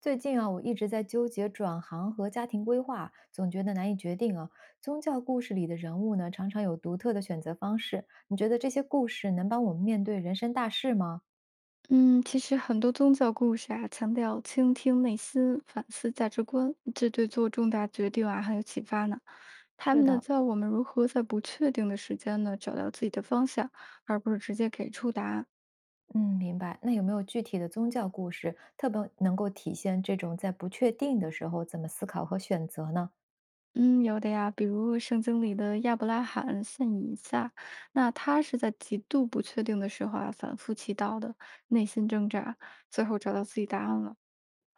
最近啊，我一直在纠结转行和家庭规划，总觉得难以决定啊。宗教故事里的人物呢，常常有独特的选择方式。你觉得这些故事能帮我们面对人生大事吗？嗯，其实很多宗教故事啊，强调倾听内心、反思价值观，这对做重大决定啊很有启发呢。他是们呢，的，教我们如何在不确定的时间呢，找到自己的方向，而不是直接给出答案。嗯，明白。那有没有具体的宗教故事，特别能够体现这种在不确定的时候怎么思考和选择呢？嗯，有的呀，比如圣经里的亚伯拉罕献以撒，那他是在极度不确定的时候啊，反复祈祷的，内心挣扎，最后找到自己答案了。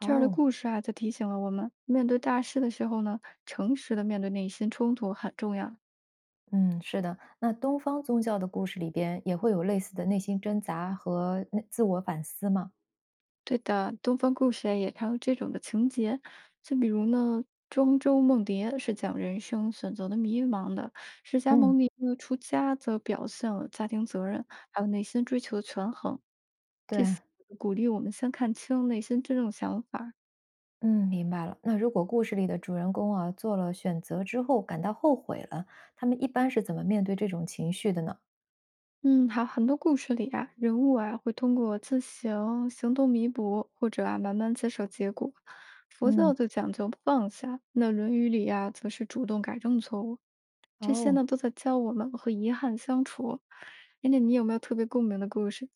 这儿的故事啊，则提醒了我们，面对大事的时候呢，诚实的面对内心冲突很重要。嗯，是的。那东方宗教的故事里边也会有类似的内心挣扎和内自我反思吗？对的，东方故事啊也常有这种的情节，就比如呢，庄周梦蝶是讲人生选择的迷茫的，释迦牟嗯，尼呢出家则表现了家庭责任，还有内心追求的权衡，对。鼓励我们先看清内心真正想法，嗯，明白了。那如果故事里的主人公啊做了选择之后感到后悔了，他们一般是怎么面对这种情绪的呢？嗯，好，很多故事里啊，人物啊会通过自行行动弥补，或者啊慢慢接受结果。佛嗯，教就讲究放下，那《论语》里啊则是主动改正错误。这些呢哦，都在教我们和遗憾相处。哎，那你有没有特别共鸣的故事？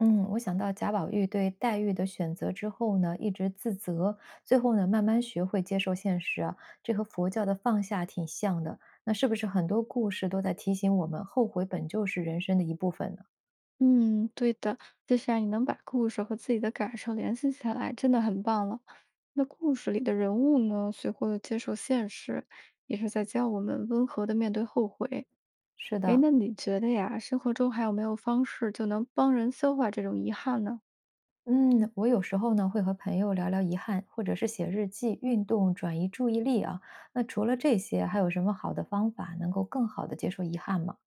嗯，我想到贾宝玉对黛玉的选择之后呢，一直自责，最后呢慢慢学会接受现实啊，这和佛教的放下挺像的。那是不是很多故事都在提醒我们，后悔本就是人生的一部分呢？嗯，对的，就是啊，你能把故事和自己的感受联系起来，真的很棒了。那故事里的人物呢，学会了接受现实，也是在教我们温和的面对后悔。是诶，的，那你觉得呀，生活中还有没有方式就能帮人消化这种遗憾呢？嗯，我有时候呢会和朋友聊聊遗憾，或者是写日记、运动转移注意力啊。那除了这些，还有什么好的方法能够更好的接受遗憾吗？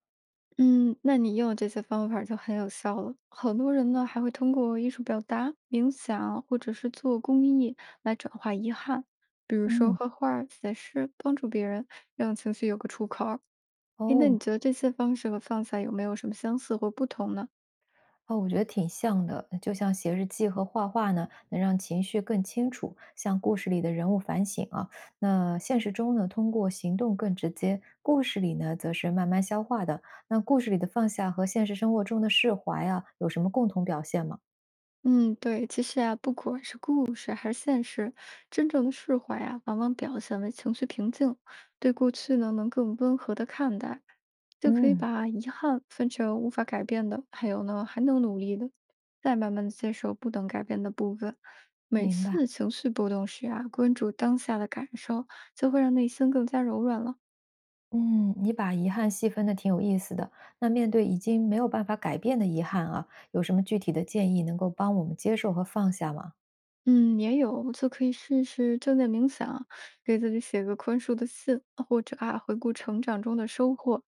嗯，那你用这些方法就很有效了。很多人呢还会通过艺术表达、冥想或者是做公益来转化遗憾，比如说嗯，画画儿写诗，帮助别人，让情绪有个出口儿。诶，那你哦，觉得这些方式和放下有没有什么相似或不同呢？哦，我觉得挺像的，就像写日记和画画呢，能让情绪更清楚，像故事里的人物反省啊。那现实中呢，通过行动更直接，故事里呢则是慢慢消化的。那故事里的放下和现实生活中的释怀啊，有什么共同表现吗？嗯，对，其实啊，不管是故事还是现实，真正的释怀啊，往往表现为情绪平静，对过去呢能更温和的看待，就可以嗯，把遗憾分成无法改变的，还有呢还能努力的，再慢慢的接受不能改变的部分。每明白。次情绪波动时啊，关注当下的感受，就会让内心更加柔软了。嗯，你把遗憾细分的挺有意思的。那面对已经没有办法改变的遗憾啊，有什么具体的建议能够帮我们接受和放下吗？嗯，也有，就可以试试正念冥想，给自己写个宽恕的信，或者啊，回顾成长中的收获。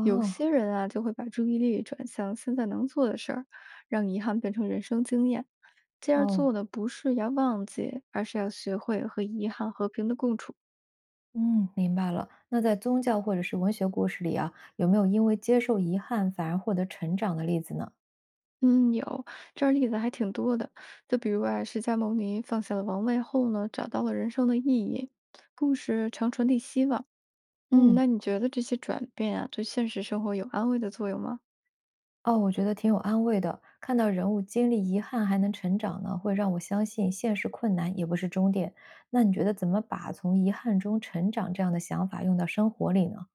有些人啊，就会把注意力转向现在能做的事儿，让遗憾变成人生经验。这样哦，做的不是要忘记，而是要学会和遗憾和平的共处。嗯，明白了。那在宗教或者是文学故事里啊，有没有因为接受遗憾反而获得成长的例子呢？嗯，有这儿例子还挺多的，就比如啊，释迦牟尼放下了王位后呢，找到了人生的意义。故事常传递希望。嗯，嗯，那你觉得这些转变啊，对现实生活有安慰的作用吗？哦，我觉得挺有安慰的。看到人物经历遗憾还能成长呢，会让我相信现实困难也不是终点。那你觉得怎么把从遗憾中成长这样的想法用到生活里呢？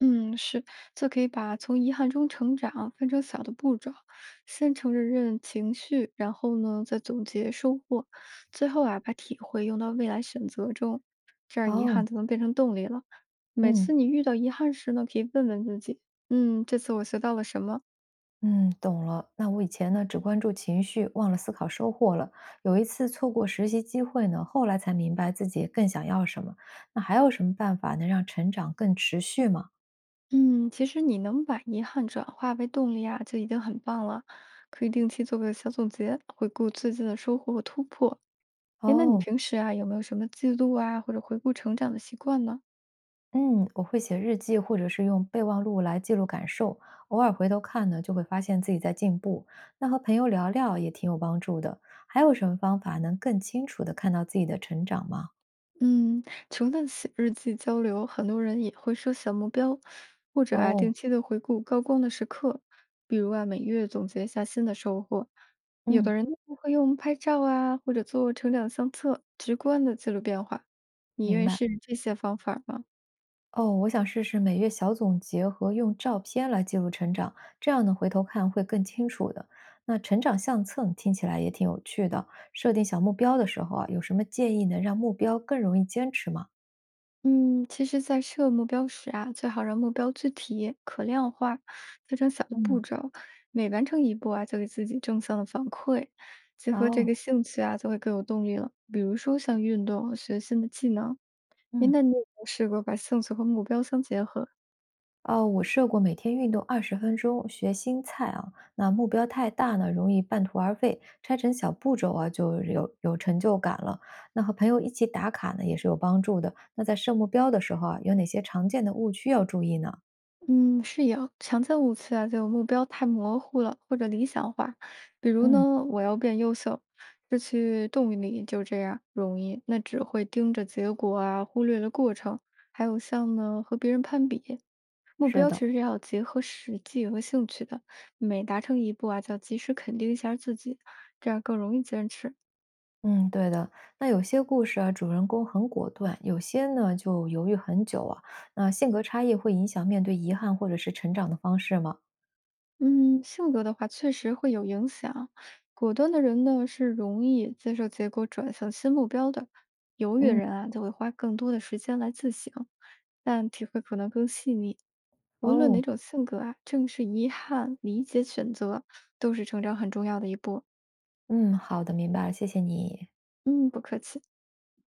嗯，是，就可以把从遗憾中成长分成小的步骤，先承认情绪，然后呢，再总结收获，最后啊，把体会用到未来选择中，这样遗哦，憾就能变成动力了。每嗯。次你遇到遗憾时呢，可以问问自己，嗯，这次我学到了什么？嗯，懂了。那我以前呢，只关注情绪，忘了思考收获了。有一次错过实习机会呢，后来才明白自己更想要什么。那还有什么办法能让成长更持续吗？嗯，其实你能把遗憾转化为动力啊，就已经很棒了。可以定期做个小总结，回顾最近的收获和突破，哎，那你哦，平时啊，有没有什么记录啊，或者回顾成长的习惯呢？嗯，我会写日记，或者是用备忘录来记录感受。偶尔回头看呢，就会发现自己在进步。那和朋友聊聊也挺有帮助的。还有什么方法能更清楚的看到自己的成长吗？嗯，除了写日记交流，很多人也会设小目标，或者啊，哦，定期的回顾高光的时刻，比如啊，每月总结一下新的收获。有嗯，的人呢会用拍照啊，或者做成长相册，直观的记录变化。你明愿意白。试试这些方法吗？哦，我想试试每月小总结和用照片来记录成长，这样呢回头看会更清楚的。那成长相册听起来也挺有趣的，设定小目标的时候啊，有什么建议能让目标更容易坚持吗？嗯，其实，在设目标时啊，最好让目标具体、可量化，分成小的步嗯骤，每完成一步啊，就给自己正向的反馈，结合这哦个兴趣啊，就会更有动力了。比如说像运动、学新的技能，您嗯那你有没有试过把兴趣和目标相结合？哦，我设过每天运动20分钟，学新菜啊。那目标太大呢，容易半途而废，拆成小步骤啊，就有成就感了。那和朋友一起打卡呢，也是有帮助的。那在设目标的时候啊，有哪些常见的误区要注意呢？嗯，是有强见误区啊，就有目标太模糊了，或者理想化。比如嗯，呢，我要变优秀，失去动力就这样容易，那只会盯着结果啊，忽略了过程。还有像呢，和别人攀比，目是标的，其实要结合实际和兴趣的，每达成一步啊，就要及时肯定一下自己，这样更容易坚持。嗯，对的。那有些故事啊，主人公很果断，有些呢就犹豫很久啊。那性格差异会影响面对遗憾或者是成长的方式吗？嗯，性格的话确实会有影响。果断的人呢，是容易接受结果，转向新目标的；犹豫的嗯，人啊，就会花更多的时间来自省，但体会可能更细腻。无论哦，哪种性格啊，正是遗憾、理解、选择，都是成长很重要的一步。嗯，好的，明白了，谢谢你。嗯，不客气。